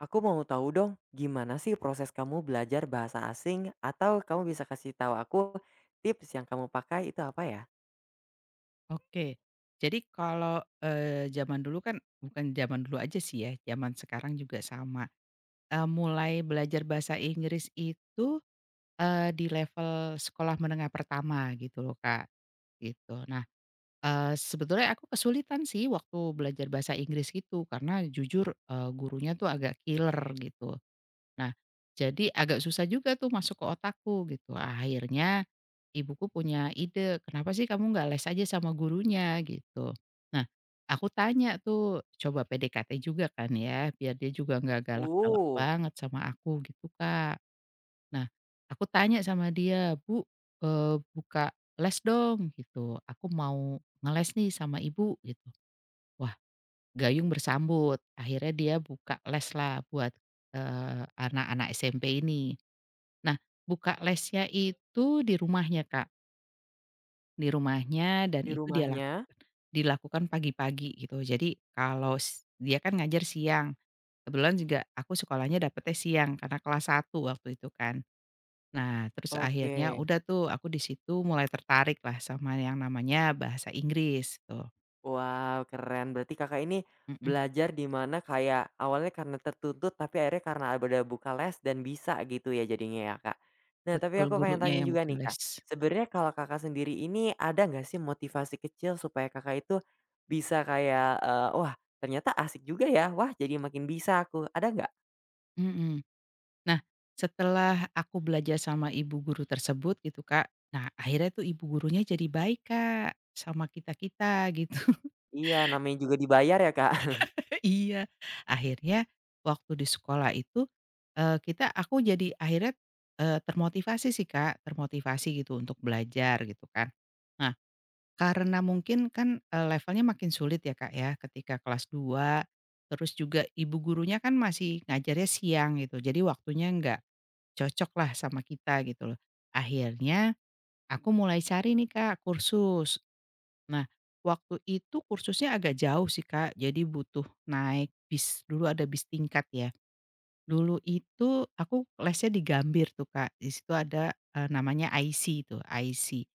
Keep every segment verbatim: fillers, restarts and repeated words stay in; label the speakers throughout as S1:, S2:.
S1: Aku mau tahu dong, gimana sih proses kamu belajar bahasa asing? Atau kamu bisa kasih tahu aku tips yang kamu pakai itu apa ya?
S2: Oke. Jadi kalau, eee, zaman dulu kan bukan zaman dulu aja sih ya, zaman sekarang juga sama, eee, mulai belajar bahasa Inggris itu, eee, di level sekolah menengah pertama gitu loh, Kak, gitu. Nah, eee, sebetulnya aku kesulitan sih waktu belajar bahasa Inggris gitu karena jujur, eee, gurunya tuh agak killer gitu. Nah, jadi agak susah juga tuh masuk ke otakku gitu. Akhirnya ibuku punya ide, "Kenapa sih kamu nggak les aja sama gurunya?" gitu. Nah, aku tanya tuh, coba P D K T juga kan ya, biar dia juga nggak galak-galak
S1: Oh,
S2: banget sama aku gitu, Kak. Nah, aku tanya sama dia, "Bu, eee, buka les dong," gitu. "Aku mau ngeles nih sama Ibu," gitu. Wah, gayung bersambut. Akhirnya dia buka les lah buat, eee, anak-anak S M P ini. Nah, buka lesnya itu di rumahnya, Kak, di rumahnya dan
S1: di
S2: itu dia lak
S1: rumahnya?
S2: dilakukan pagi-pagi gitu. Jadi kalau s dia kan ngajar siang, kebetulan juga aku sekolahnya dapetnya siang karena kelas satu waktu itu kan. Nah, terus akhirnya
S1: Oke.
S2: udah tuh aku di situ mulai tertarik lah sama yang namanya bahasa Inggris tuh,
S1: Wow, keren. Berarti Kakak ini
S2: mhm,
S1: belajar di mana kayak awalnya karena tertuntut, tapi akhirnya karena ada buka les dan bisa gitu ya jadinya ya, Kak. Nah, tapi
S2: betul
S1: aku pengen
S2: gurunya
S1: tanya
S2: yang
S1: juga
S2: buka
S1: nih, Kak.
S2: les,
S1: Sebenarnya kalau Kakak sendiri ini ada nggak sih motivasi kecil supaya Kakak itu bisa kayak, eee, "Wah, ternyata asik juga ya. Wah, jadi makin bisa aku." Ada nggak?
S2: mhm. Nah, setelah aku belajar sama ibu guru tersebut gitu, Kak. Nah, akhirnya tuh ibu gurunya jadi baik, Kak, sama kita-kita gitu.
S1: Iya, namanya juga dibayar ya, Kak.
S2: Iya, akhirnya waktu di sekolah itu, eee, kita aku jadi akhirnya, eee, termotivasi sih, Kak, termotivasi gitu untuk belajar gitu kan. Nah, karena mungkin kan, eee, levelnya makin sulit ya, Kak, ya ketika kelas dua, terus juga ibu gurunya kan masih ngajarnya siang gitu, jadi waktunya nggak cocok lah sama kita gitu loh. Akhirnya aku mulai cari nih Kak kursus. Nah, waktu itu kursusnya agak jauh sih Kak, jadi butuh naik bis, dulu ada bis tingkat ya. Dulu itu aku lesnya di Gambir tuh Kak, di situ ada, eee, namanya I C tuh, I C,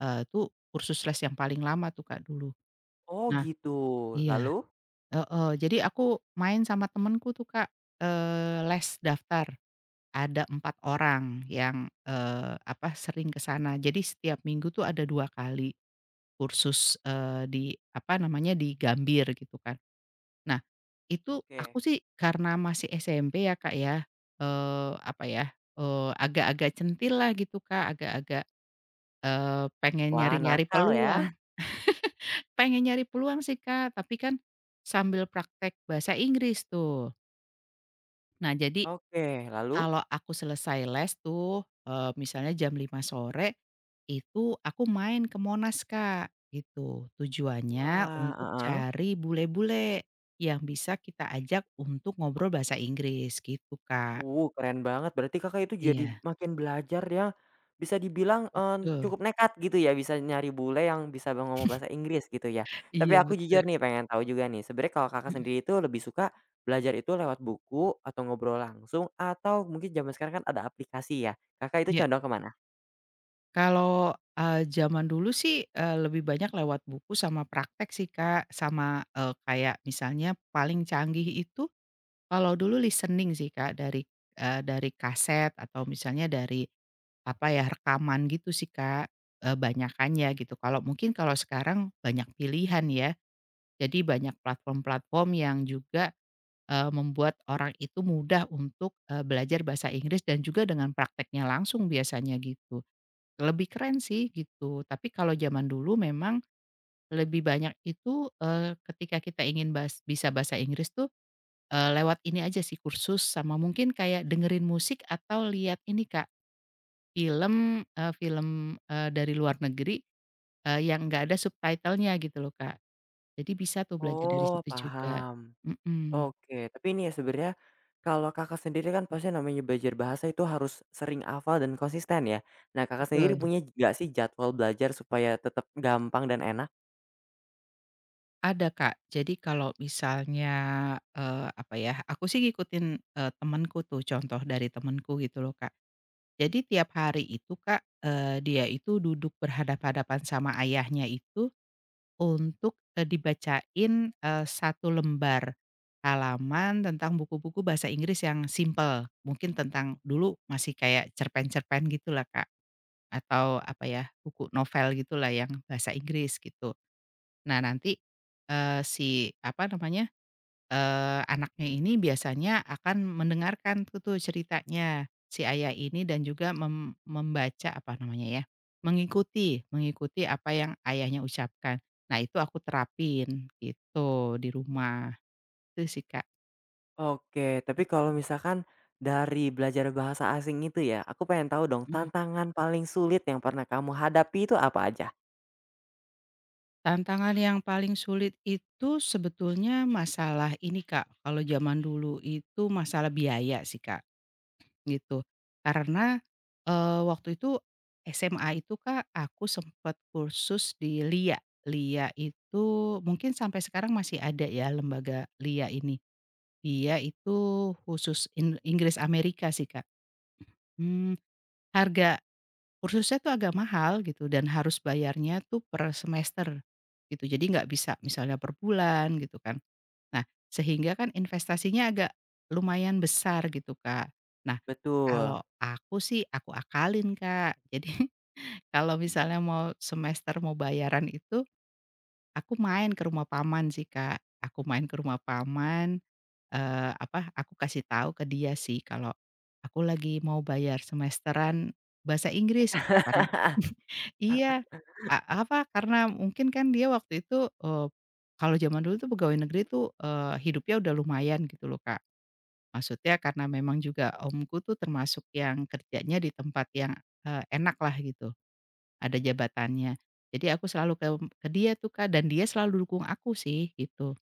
S2: eee, itu kursus les yang paling lama tuh Kak dulu.
S1: Oh,
S2: Nah
S1: gitu.
S2: iya,
S1: Lalu?
S2: heeh, jadi aku main sama temenku tuh Kak, eee, les daftar. Ada empat orang yang, eee, apa, sering ke sana. Jadi setiap minggu tuh ada dua kali kursus, eee, di, apa namanya, di Gambir gitu kan. Nah, itu aku
S1: Oke.
S2: sih karena masih S M P ya, Kak, ya, eee, apa ya, eee, agak-agak centil lah gitu, Kak, agak-agak, eee, pengen
S1: Wah,
S2: nyari-nyari
S1: nakal ya.
S2: peluang. Pengen nyari peluang sih, Kak, tapi kan sambil praktek bahasa Inggris tuh. Nah, jadi
S1: Oke, lalu?
S2: kalau aku selesai les tuh, eee, misalnya jam lima sore, itu aku main ke Monas, Kak, gitu. Tujuannya
S1: Wah,
S2: untuk
S1: heeh.
S2: cari bule-bule yang bisa kita ajak untuk ngobrol bahasa Inggris gitu, Kak.
S1: Wuh, keren banget. Berarti Kakak itu jadi
S2: Iya,
S1: makin belajar ya, bisa dibilang, eee,
S2: betul.
S1: cukup nekat gitu ya, bisa nyari bule yang bisa ba ngomong bahasa Inggris gitu ya.
S2: Iya,
S1: Tapi aku
S2: betul.
S1: jujur nih pengen tahu juga nih, sebenarnya kalau Kakak
S2: Mhm,
S1: sendiri itu lebih suka belajar itu lewat buku atau ngobrol langsung atau mungkin zaman sekarang kan ada aplikasi ya, Kakak itu
S2: iya.
S1: condong kemana?
S2: Kalau, eee, zaman dulu sih, eee, lebih banyak lewat buku sama praktek sih, Kak, sama, eee, kayak misalnya paling canggih itu. Kalau dulu listening sih Kak dari, eee, dari kaset atau misalnya dari, apa ya, rekaman gitu sih Kak, eee, banyakannya gitu. Kalau mungkin kalau sekarang banyak pilihan ya, jadi banyak platform-platform yang juga, eee, membuat orang itu mudah untuk, eee, belajar bahasa Inggris dan juga dengan prakteknya langsung biasanya gitu. Lebih keren sih gitu, tapi kalau zaman dulu memang lebih banyak itu, eee, ketika kita ingin bahas bisa bahasa Inggris tuh. Eee, lewat ini aja sih kursus sama mungkin kayak dengerin musik atau lihat ini Kak, film, eee, film, eee, dari luar negeri, eee, yang nggak ada subtitle-nya gitu loh Kak. Jadi bisa tuh belajar dari
S1: Oh,
S2: situ juga.
S1: paham.
S2: Mhm.
S1: Oke, tapi ini ya sebenarnya kalau Kakak sendiri kan pasti namanya belajar bahasa itu harus sering hafal dan konsisten ya. Nah, Kakak sendiri
S2: Betul,
S1: punya nggak sih jadwal belajar supaya tetap gampang dan enak?
S2: ada Kak. Jadi kalau misalnya, eee, apa ya, aku sih ngikutin, eee, temenku tuh, contoh dari temenku gitu loh Kak. Jadi tiap hari itu Kak, eee, dia itu duduk berhadapan-hadapan sama ayahnya itu untuk, eee, dibacain, eee, satu lembar halaman tentang buku-buku bahasa Inggris yang simple, mungkin tentang dulu masih kayak cerpen-cerpen gitulah, Kak, atau apa ya, buku novel gitulah yang bahasa Inggris gitu. Nah nanti, eee, si apa namanya Eee, anaknya ini biasanya akan mendengarkan tuh tuh ceritanya si ayah ini dan juga mem membaca apa namanya ya, mengikuti mengikuti apa yang ayahnya ucapkan. Nah itu aku terapin gitu di rumah, itu sih, Kak.
S1: Oke, tapi kalau misalkan dari belajar bahasa asing itu ya, aku pengen tahu dong
S2: Mhm.
S1: tantangan paling sulit yang pernah kamu hadapi itu apa aja?
S2: Tantangan yang paling sulit itu sebetulnya masalah ini, Kak, kalau zaman dulu itu masalah biaya sih, Kak. Gitu. Karena, eee, waktu itu S M A itu Kak, aku sempet kursus di LIA. LIA itu mungkin sampai sekarang masih ada ya lembaga LIA ini. Dia itu khusus In Inggris Amerika sih Kak. Mmm, harga kursusnya tuh agak mahal gitu dan harus bayarnya tuh per semester gitu. Jadi nggak bisa misalnya per bulan gitu kan. Nah, sehingga kan investasinya agak lumayan besar gitu, Kak. Nah,
S1: Betul.
S2: kalau aku sih aku akalin, Kak. Jadi kalau misalnya mau semester mau bayaran itu, aku main ke rumah paman sih, Kak. Aku main ke rumah paman. Eee, apa, aku kasih tahu ke dia sih kalau aku lagi mau bayar semesteran bahasa Inggris gitu kan. Iya, a apa, karena mungkin kan dia waktu itu, eee, kalau zaman dulu tuh pegawai negeri tuh, eee, hidupnya udah lumayan gitu loh, Kak. Maksudnya karena memang juga omku tuh termasuk yang kerjanya di tempat yang, eee, enak lah gitu, ada jabatannya. Jadi aku selalu ke ke dia tuh, Kak, dan dia selalu dukung aku sih gitu.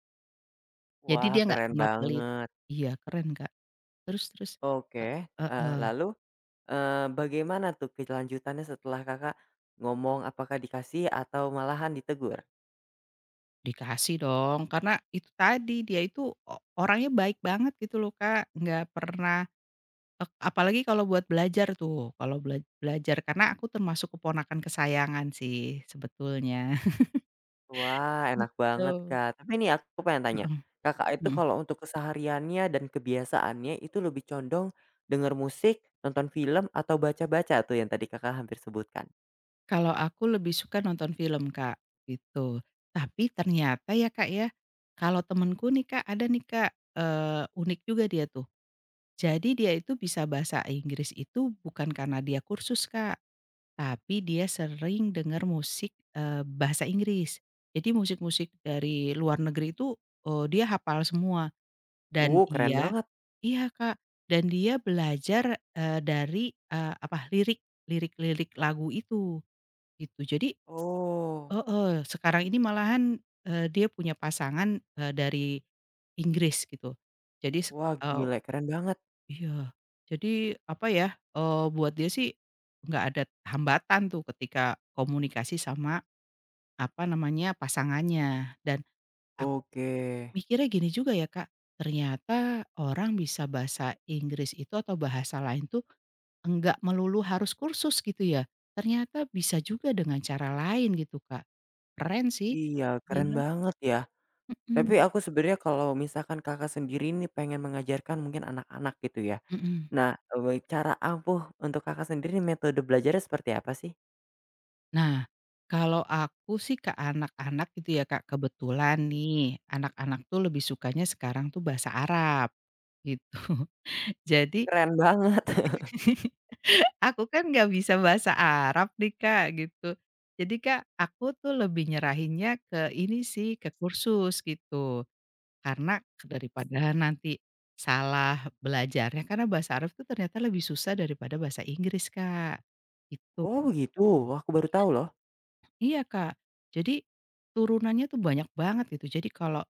S2: Jadi
S1: Wah,
S2: dia nggak
S1: keren
S2: pernah pelit.
S1: banget.
S2: Iya, keren, Kak. Terus terus
S1: Oke,
S2: e
S1: eee,
S2: heeh,
S1: lalu? Eee, bagaimana tuh kelanjutannya setelah Kakak ngomong apakah dikasih atau malahan ditegur?
S2: dikasih dong, karena itu tadi, dia itu o orangnya baik banget gitu loh, Kak, nggak pernah ek apalagi kalau buat belajar tuh, kalau bela belajar, karena aku termasuk keponakan kesayangan sih sebetulnya,
S1: Wah, enak banget,
S2: gitu.
S1: Kak. Tapi nih aku pengen tanya,
S2: Heeh,
S1: Kakak itu
S2: mhm.
S1: kalau untuk kesehariannya dan kebiasaannya itu lebih condong denger musik, nonton film, atau baca-baca tuh yang tadi Kakak hampir sebutkan?
S2: Kalau aku lebih suka nonton film, Kak, gitu. Tapi ternyata ya, Kak, ya, kalau temenku nih, Kak, ada nih, Kak, eee, unik juga dia tuh. Jadi dia itu bisa bahasa Inggris itu bukan karena dia kursus Kak, tapi dia sering dengar musik, eee, bahasa Inggris. Jadi musik-musik dari luar negeri itu, eee, dia hafal semua dan
S1: Uh, keren
S2: dia,
S1: banget.
S2: iya Kak, dan dia belajar, eee, dari, eee, apa, lirik lirik-lirik lagu itu, gitu. Jadi
S1: Oh.
S2: oh oh, sekarang ini malahan, eee, dia punya pasangan, eee, dari Inggris gitu. Jadi,
S1: Wah, gila keren banget.
S2: iya, jadi apa ya, eee, buat dia sih nggak ada hambatan tuh ketika komunikasi sama, apa namanya, pasangannya dan aku
S1: Oke.
S2: mikirnya gini juga ya, Kak, ternyata orang bisa bahasa Inggris itu atau bahasa lain tuh enggak melulu harus kursus gitu ya, ternyata bisa juga dengan cara lain gitu, Kak. Keren sih
S1: Iya, keren
S2: bilang,
S1: banget ya.
S2: mhm,
S1: Tapi aku sebenarnya kalau misalkan Kakak sendiri nih pengen mengajarkan mungkin anak-anak gitu ya,
S2: mhm.
S1: Nah, eee, cara ampuh untuk Kakak sendiri metode belajarnya seperti apa sih?
S2: Nah, kalau aku sih ke anak-anak gitu ya Kak, kebetulan nih anak-anak tuh lebih sukanya sekarang tuh bahasa Arab, gitu. Jadi
S1: Keren banget.
S2: aku kan nggak bisa bahasa Arab nih Kak, gitu. Jadi Kak, aku tuh lebih nyerahinnya ke ini sih, ke kursus gitu. Karena daripada nanti salah belajarnya, karena bahasa Arab tuh ternyata lebih susah daripada bahasa Inggris Kak, gitu.
S1: Oh begitu? Wah aku baru tahu loh.
S2: Iya, Kak. Jadi, turunannya tuh banyak banget gitu. Jadi kalau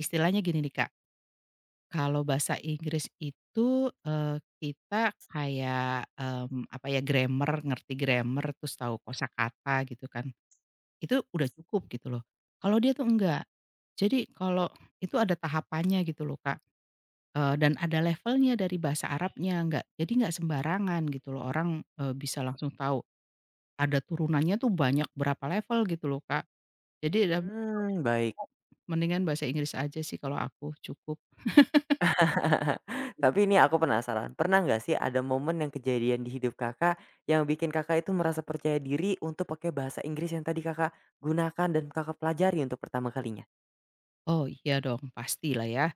S2: istilahnya gini nih, Kak, kalau bahasa Inggris itu, eee, kita kayak, mmm, apa ya, grammar, ngerti grammar, terus tahu kosakata gitu kan, itu udah cukup gitu loh. Kalau dia tuh enggak. Jadi kalau itu ada tahapannya gitu loh, Kak, eee, dan ada levelnya dari bahasa Arabnya, enggak. Jadi enggak sembarangan gitu loh orang, eee, bisa langsung tahu. Ada turunannya tuh banyak berapa level gitu loh, Kak. Jadi ada
S1: Mmm, baik.
S2: Oh, mendingan bahasa Inggris aja sih kalau aku, cukup.
S1: Tapi ini aku penasaran, pernah nggak sih ada momen yang kejadian di hidup Kakak, yang bikin Kakak itu merasa percaya diri untuk pakai bahasa Inggris yang tadi Kakak gunakan dan Kakak pelajari untuk pertama kalinya?
S2: Oh, iya dong, pastilah ya.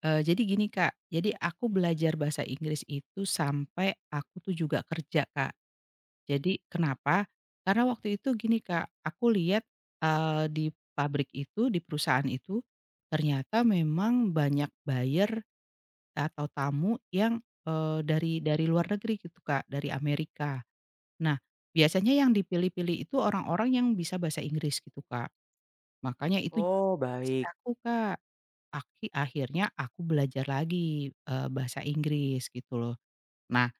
S2: Eee, jadi gini, Kak, jadi aku belajar bahasa Inggris itu sampai aku tuh juga kerja, Kak. Jadi kenapa? Karena waktu itu gini, Kak, aku lihat, eee, di pabrik itu, di perusahaan itu, ternyata memang banyak buyer atau tamu yang, eee, dari dari luar negeri gitu, Kak, dari Amerika. Nah, biasanya yang dipilih-pilih itu orang-orang yang bisa bahasa Inggris gitu, Kak. Makanya itu
S1: Oh
S2: motivasi
S1: baik.
S2: aku, Kak. Aki akhirnya aku belajar lagi, eee, bahasa Inggris gitu loh. Nah,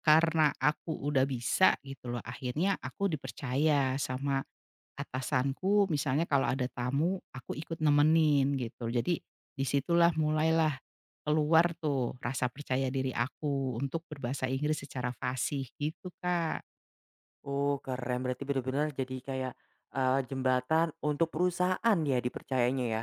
S2: karena aku udah bisa gitu loh, akhirnya aku dipercaya sama atasanku, misalnya kalau ada tamu aku ikut nemenin gitu. Jadi di situlah mulailah keluar tuh rasa percaya diri aku untuk berbahasa Inggris secara fasih gitu, Kak.
S1: Oh keren, berarti bener-bener jadi kayak, eee, jembatan untuk perusahaan ya dipercayanya ya?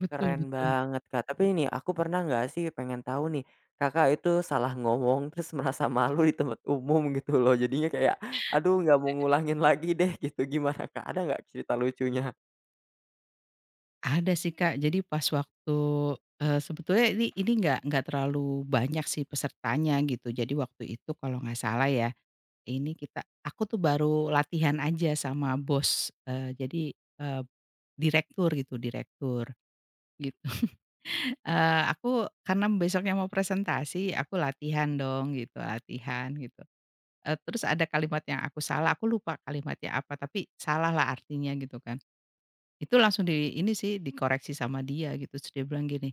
S2: Betul
S1: Keren
S2: betul.
S1: banget, Kak. Tapi ini aku pernah nggak sih pengen tahu nih, Kakak itu salah ngomong terus merasa malu di tempat umum gitu loh, jadinya kayak, "Aduh nggak mau ngulangin lagi deh," gitu. Gimana, Kak? Ada nggak cerita lucunya?
S2: Ada sih, Kak. Jadi pas waktu, eee, sebetulnya ini ini nggak nggak terlalu banyak sih pesertanya gitu. Jadi waktu itu kalau nggak salah ya, ini kita aku tuh baru latihan aja sama bos, eee, jadi, eee, direktur gitu, direktur gitu. Eee, aku karena besoknya mau presentasi, aku latihan dong gitu, latihan gitu. Eee, terus ada kalimat yang aku salah, aku lupa kalimatnya apa, tapi salah lah artinya gitu kan. Itu langsung di ini sih, dikoreksi sama dia gitu, terus dia bilang gini,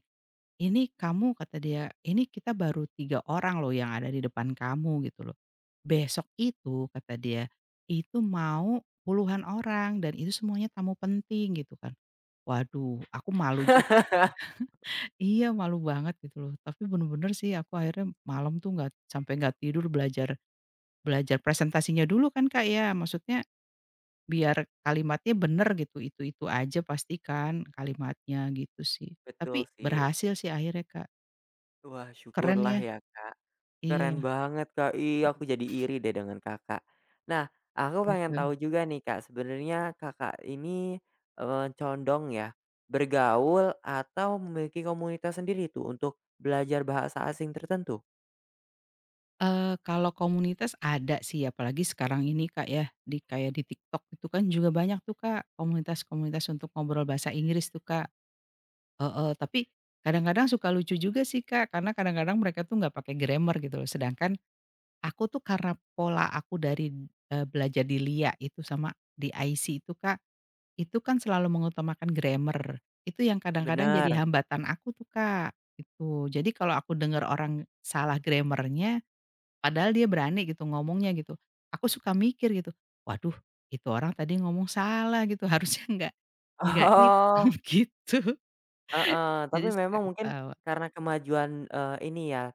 S2: "Ini kamu," kata dia, "ini kita baru tiga orang loh yang ada di depan kamu," gitu loh. "Besok itu," kata dia, "itu mau puluhan orang dan itu semuanya tamu penting," gitu kan. Waduh, aku malu juga sih, iya, malu banget gitu loh. Tapi bener-bener sih aku akhirnya malam tuh nggak sampai nggak tidur belajar belajar presentasinya dulu kan, Kak, ya. Maksudnya biar kalimatnya bener gitu, itu-itu aja pastikan kalimatnya, gitu sih.
S1: Betul
S2: Tapi
S1: sih.
S2: berhasil sih akhirnya, Kak.
S1: Wah
S2: Keren
S1: syukurlah
S2: ya.
S1: ya, Kak. Keren
S2: Iya.
S1: banget, Kak. Ih, aku jadi iri deh dengan Kakak. Nah, aku pengen
S2: Gitu.
S1: tahu juga nih, Kak, sebenarnya Kakak ini, eee, condong ya, bergaul atau memiliki komunitas sendiri tuh untuk belajar bahasa asing tertentu?
S2: Eee, kalau komunitas ada sih, apalagi sekarang ini Kak ya, di kayak di TikTok itu kan juga banyak tuh Kak, komunitas-komunitas untuk ngobrol bahasa Inggris tuh Kak, heeh. Tapi kadang-kadang suka lucu juga sih Kak, karena kadang-kadang mereka tuh nggak pakai grammar gitu loh, sedangkan aku tuh karena pola aku dari, eee, belajar di LIA itu sama di I C itu Kak, itu kan selalu mengutamakan grammar, itu yang kadang-kadang jadi
S1: Benar.
S2: hambatan aku tuh Kak, gitu. Jadi kalau aku dengar orang salah grammar-nya. Padahal dia berani gitu ngomongnya gitu. Aku suka mikir gitu, "Waduh itu orang tadi ngomong salah gitu, harusnya nggak nggak itu,"
S1: Oh,
S2: gitu.
S1: heeh,
S2: Jadi
S1: tapi
S2: suka
S1: memang mungkin
S2: ketawa.
S1: karena kemajuan, eee, ini ya,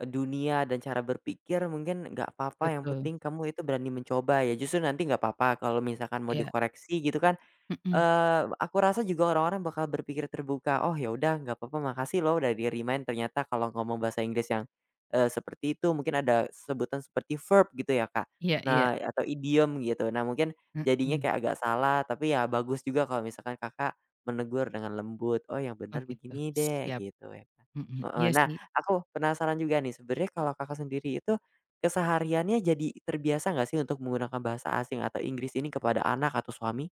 S1: eee, dunia dan cara berpikir mungkin nggak apa-apa yang
S2: Betul,
S1: penting kamu itu berani mencoba ya, justru nanti nggak apa-apa kalau misalkan mau
S2: iya,
S1: dikoreksi gitu kan.
S2: mhm,
S1: Eee, aku rasa juga orang-orang bakal berpikir terbuka, "Oh ya udah nggak apa-apa makasih loh udah di-remind ternyata kalau ngomong bahasa Inggris yang, eee, seperti itu mungkin ada sebutan seperti verb gitu ya Kak,
S2: iya, iya,
S1: nah atau idiom gitu nah mungkin jadinya
S2: mhm.
S1: kayak agak salah tapi ya bagus juga kalau misalkan Kakak menegur dengan lembut, "Oh yang
S2: Oh
S1: benar
S2: gitu,
S1: begini deh,"
S2: siap,
S1: gitu ya Kak,
S2: mhm,
S1: heeh.
S2: iya
S1: Nah
S2: sih.
S1: aku penasaran juga nih sebenarnya kalau Kakak sendiri itu kesehariannya jadi terbiasa nggak sih untuk menggunakan bahasa asing atau Inggris ini kepada anak atau suami?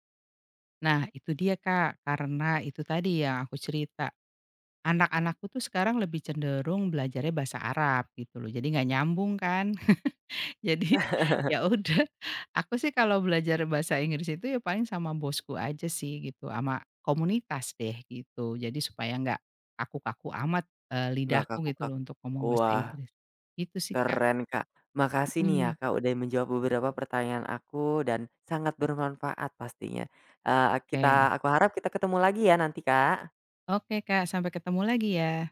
S2: Nah itu dia Kak, karena itu tadi yang aku cerita, anak-anakku tuh sekarang lebih cenderung belajarnya bahasa Arab gitu loh, jadi nggak nyambung kan. Jadi, ya udah, aku sih kalau belajar bahasa Inggris itu ya paling sama bosku aja sih gitu, sama komunitas deh gitu. Jadi supaya nggak kaku-kaku amat, eee,
S1: Nggak Kak,
S2: lidahku
S1: aku
S2: gitu loh
S1: aku
S2: untuk ngomong bahasa
S1: wah
S2: Inggris. Itu sih Kak,
S1: keren Kak. Makasih nih ya
S2: mhm.
S1: Kak udah menjawab beberapa pertanyaan aku dan sangat bermanfaat pastinya. Eee,
S2: Oke.
S1: kita aku harap kita ketemu lagi ya nanti Kak.
S2: Oke Kak, sampai ketemu lagi ya.